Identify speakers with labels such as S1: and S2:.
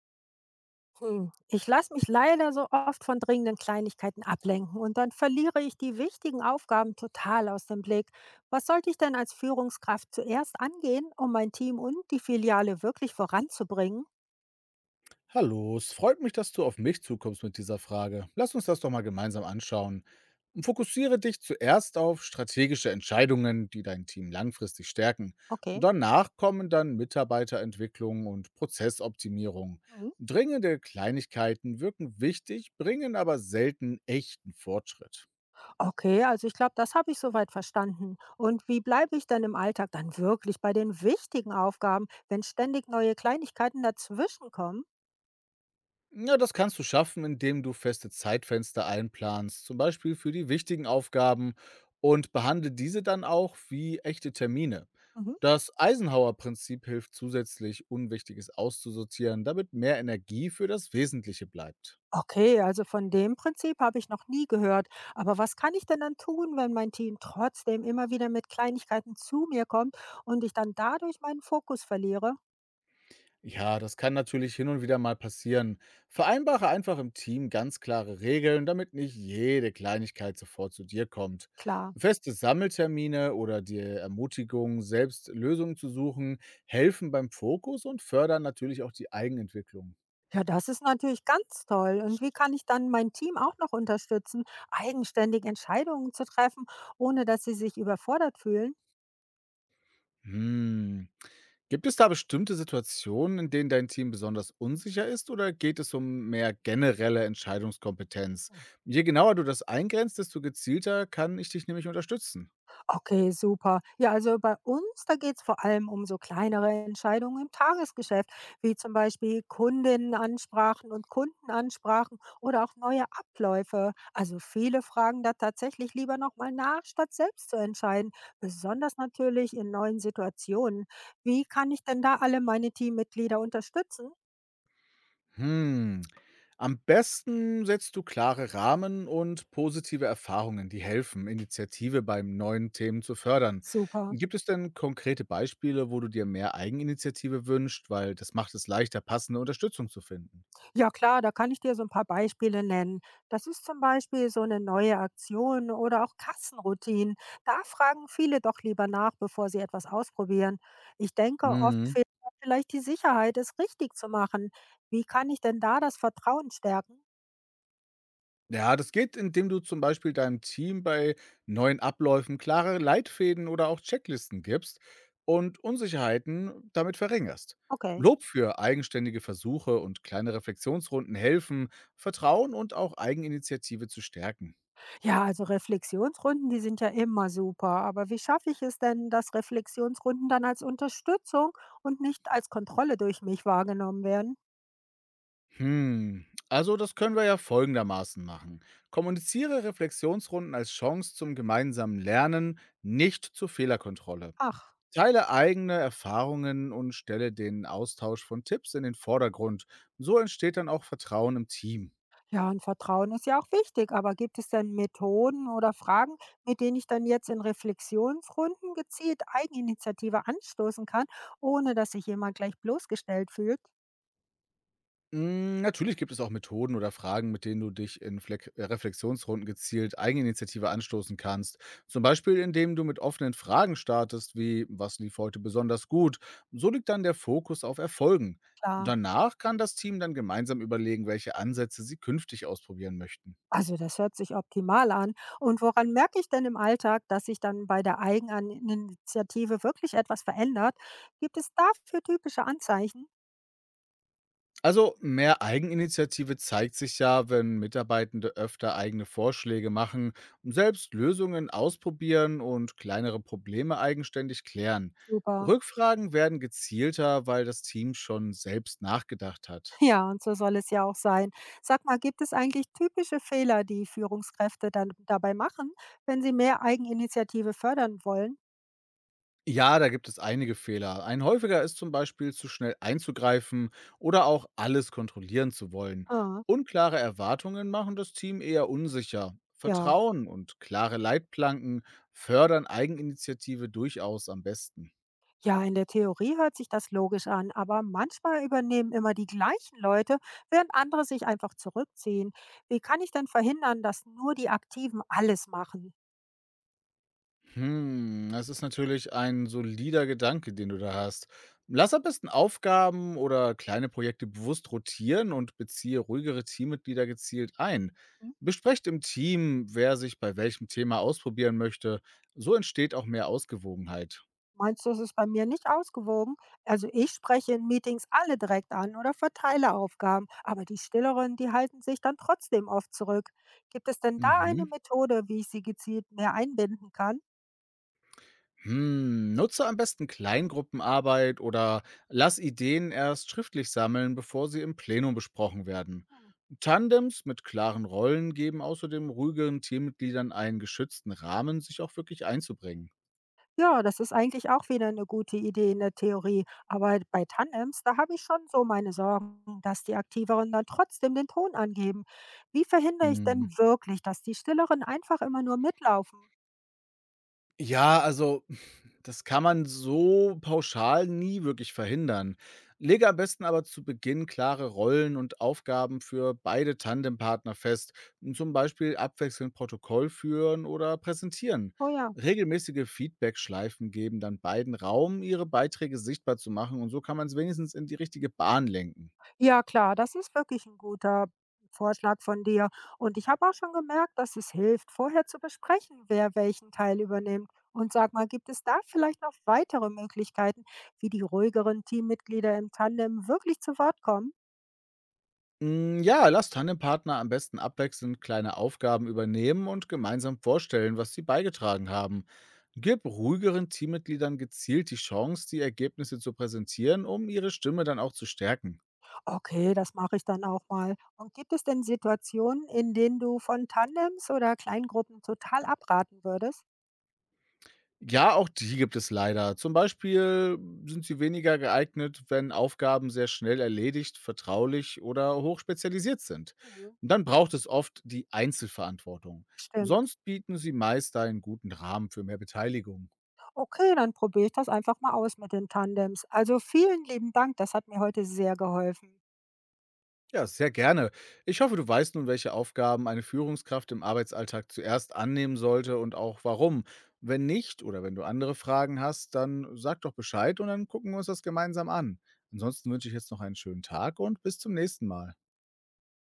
S1: Ich lasse mich leider so oft von dringenden Kleinigkeiten ablenken und dann verliere ich die wichtigen Aufgaben total aus dem Blick. Was sollte ich denn als Führungskraft zuerst angehen, um mein Team und die Filiale wirklich voranzubringen?
S2: Hallo, es freut mich, dass du auf mich zukommst mit dieser Frage. Lass uns das doch mal gemeinsam anschauen. Und fokussiere dich zuerst auf strategische Entscheidungen, die dein Team langfristig stärken. Und
S1: Okay.
S2: danach kommen dann Mitarbeiterentwicklung und Prozessoptimierung.
S1: Mhm.
S2: Dringende Kleinigkeiten wirken wichtig, bringen aber selten echten Fortschritt.
S1: Okay, also ich glaube, das habe ich soweit verstanden. Und wie bleibe ich denn im Alltag dann wirklich bei den wichtigen Aufgaben, wenn ständig neue Kleinigkeiten dazwischen kommen?
S2: Ja, das kannst du schaffen, indem du feste Zeitfenster einplanst, zum Beispiel für die wichtigen Aufgaben und behandle diese dann auch wie echte Termine.
S1: Mhm.
S2: Das Eisenhower-Prinzip hilft zusätzlich, Unwichtiges auszusortieren, damit mehr Energie für das Wesentliche bleibt.
S1: Okay, also von dem Prinzip habe ich noch nie gehört. Aber was kann ich denn dann tun, wenn mein Team trotzdem immer wieder mit Kleinigkeiten zu mir kommt und ich dann dadurch meinen Fokus verliere?
S2: Ja, das kann natürlich hin und wieder mal passieren. Vereinbare einfach im Team ganz klare Regeln, damit nicht jede Kleinigkeit sofort zu dir kommt.
S1: Klar.
S2: Feste Sammeltermine oder die Ermutigung, selbst Lösungen zu suchen, helfen beim Fokus und fördern natürlich auch die Eigenentwicklung.
S1: Ja, das ist natürlich ganz toll. Und wie kann ich dann mein Team auch noch unterstützen, eigenständig Entscheidungen zu treffen, ohne dass sie sich überfordert fühlen?
S2: Hm. Gibt es da bestimmte Situationen, in denen dein Team besonders unsicher ist oder geht es um mehr generelle Entscheidungskompetenz? Je genauer du das eingrenzt, desto gezielter kann ich dich nämlich unterstützen.
S1: Okay, super. Ja, also bei uns, da geht es vor allem um so kleinere Entscheidungen im Tagesgeschäft, wie zum Beispiel Kundinnenansprachen und Kundenansprachen oder auch neue Abläufe. Also viele fragen da tatsächlich lieber nochmal nach, statt selbst zu entscheiden, besonders natürlich in neuen Situationen. Wie kann ich denn da alle meine Teammitglieder unterstützen?
S2: Hm. Am besten setzt du klare Rahmen und positive Erfahrungen, die helfen, Initiative beim neuen Themen zu fördern.
S1: Super.
S2: Gibt es denn konkrete Beispiele, wo du dir mehr Eigeninitiative wünschst, weil das macht es leichter, passende Unterstützung zu finden?
S1: Ja klar, da kann ich dir so ein paar Beispiele nennen. Das ist zum Beispiel so eine neue Aktion oder auch Kassenroutinen. Da fragen viele doch lieber nach, bevor sie etwas ausprobieren. Ich denke, oft fehlt da vielleicht die Sicherheit, es richtig zu machen. Wie kann ich denn da das Vertrauen stärken?
S2: Ja, das geht, indem du zum Beispiel deinem Team bei neuen Abläufen klare Leitfäden oder auch Checklisten gibst und Unsicherheiten damit verringerst.
S1: Okay.
S2: Lob für eigenständige Versuche und kleine Reflexionsrunden helfen, Vertrauen und auch Eigeninitiative zu stärken.
S1: Ja, also Reflexionsrunden, die sind ja immer super. Aber wie schaffe ich es denn, dass Reflexionsrunden dann als Unterstützung und nicht als Kontrolle durch mich wahrgenommen werden?
S2: Hm, also das können wir ja folgendermaßen machen. Kommuniziere Reflexionsrunden als Chance zum gemeinsamen Lernen, nicht zur Fehlerkontrolle.
S1: Ach.
S2: Teile eigene Erfahrungen und stelle den Austausch von Tipps in den Vordergrund. So entsteht dann auch Vertrauen im Team.
S1: Ja, und Vertrauen ist ja auch wichtig, aber gibt es denn Methoden oder Fragen, mit denen ich dann jetzt in Reflexionsrunden gezielt Eigeninitiative anstoßen kann, ohne dass sich jemand gleich bloßgestellt fühlt?
S2: Hm, natürlich gibt es auch Methoden oder Fragen, mit denen du dich in Fleck Reflexionsrunden gezielt Eigeninitiative anstoßen kannst. Zum Beispiel, indem du mit offenen Fragen startest, wie was lief heute besonders gut. So liegt dann der Fokus auf Erfolgen.
S1: Klar.
S2: Danach kann das Team dann gemeinsam überlegen, welche Ansätze sie künftig ausprobieren möchten.
S1: Also das hört sich optimal an. Und woran merke ich denn im Alltag, dass sich dann bei der Eigeninitiative wirklich etwas verändert? Gibt es dafür typische Anzeichen?
S2: Also mehr Eigeninitiative zeigt sich ja, wenn Mitarbeitende öfter eigene Vorschläge machen, selbst Lösungen ausprobieren und kleinere Probleme eigenständig klären.
S1: Super.
S2: Rückfragen werden gezielter, weil das Team schon selbst nachgedacht hat.
S1: Ja, und so soll es ja auch sein. Sag mal, gibt es eigentlich typische Fehler, die Führungskräfte dann dabei machen, wenn sie mehr Eigeninitiative fördern wollen?
S2: Ja, da gibt es einige Fehler. Ein häufiger ist zum Beispiel zu schnell einzugreifen oder auch alles kontrollieren zu wollen.
S1: Ah,
S2: Unklare Erwartungen machen das Team eher unsicher.
S1: ja.
S2: Vertrauen und klare Leitplanken fördern Eigeninitiative durchaus am besten.
S1: Ja, in der Theorie hört sich das logisch an, aber manchmal übernehmen immer die gleichen Leute, während andere sich einfach zurückziehen. Wie kann ich denn verhindern, dass nur die Aktiven alles machen?
S2: Hm, das ist natürlich ein solider Gedanke, den du da hast. Lass am besten Aufgaben oder kleine Projekte bewusst rotieren und beziehe ruhigere Teammitglieder gezielt ein. Besprecht im Team, wer sich bei welchem Thema ausprobieren möchte. So entsteht auch mehr Ausgewogenheit.
S1: Meinst du, es ist bei mir nicht ausgewogen? Also ich spreche in Meetings alle direkt an oder verteile Aufgaben, aber die Stilleren, die halten sich dann trotzdem oft zurück. Gibt es denn da eine
S2: Mhm.
S1: Methode, wie ich sie gezielt mehr einbinden kann?
S2: Hm, nutze am besten Kleingruppenarbeit oder lass Ideen erst schriftlich sammeln, bevor sie im Plenum besprochen werden. Tandems mit klaren Rollen geben außerdem ruhigeren Teammitgliedern einen geschützten Rahmen, sich auch wirklich einzubringen.
S1: Ja, das ist eigentlich auch wieder eine gute Idee in der Theorie, aber bei Tandems, da habe ich schon so meine Sorgen, dass die Aktiveren dann trotzdem den Ton angeben. Wie verhindere ich denn wirklich, dass die Stilleren einfach immer nur mitlaufen?
S2: Ja, also das kann man so pauschal nie wirklich verhindern. Lege am besten aber zu Beginn klare Rollen und Aufgaben für beide Tandempartner fest, zum Beispiel abwechselnd Protokoll führen oder präsentieren.
S1: Oh ja.
S2: Regelmäßige Feedback-Schleifen geben dann beiden Raum, ihre Beiträge sichtbar zu machen und so kann man es wenigstens in die richtige Bahn lenken.
S1: Ja klar, das ist wirklich ein guter Vorschlag von dir. Und ich habe auch schon gemerkt, dass es hilft, vorher zu besprechen, wer welchen Teil übernimmt. Und sag mal, gibt es da vielleicht noch weitere Möglichkeiten, wie die ruhigeren Teammitglieder im Tandem wirklich zu Wort kommen?
S2: Hm, ja, lass Tandempartner am besten abwechselnd kleine Aufgaben übernehmen und gemeinsam vorstellen, was sie beigetragen haben. Gib ruhigeren Teammitgliedern gezielt die Chance, die Ergebnisse zu präsentieren, um ihre Stimme dann auch zu stärken.
S1: Okay, das mache ich dann auch mal. Und gibt es denn Situationen, in denen du von Tandems oder Kleingruppen total abraten würdest?
S2: Ja, auch die gibt es leider. Zum Beispiel sind sie weniger geeignet, wenn Aufgaben sehr schnell erledigt, vertraulich oder hochspezialisiert sind.
S1: Mhm,
S2: Dann braucht es oft die Einzelverantwortung.
S1: stimmt.
S2: Sonst bieten sie meist einen guten Rahmen für mehr Beteiligung.
S1: Okay, dann probiere ich das einfach mal aus mit den Tandems. Also, vielen lieben Dank, das hat mir heute sehr geholfen.
S2: Ja, sehr gerne. Ich hoffe, du weißt nun, welche Aufgaben eine Führungskraft im Arbeitsalltag zuerst annehmen sollte und auch warum. Wenn nicht oder wenn du andere Fragen hast, dann sag doch Bescheid und dann gucken wir uns das gemeinsam an. Ansonsten wünsche ich jetzt noch einen schönen Tag und bis zum nächsten Mal.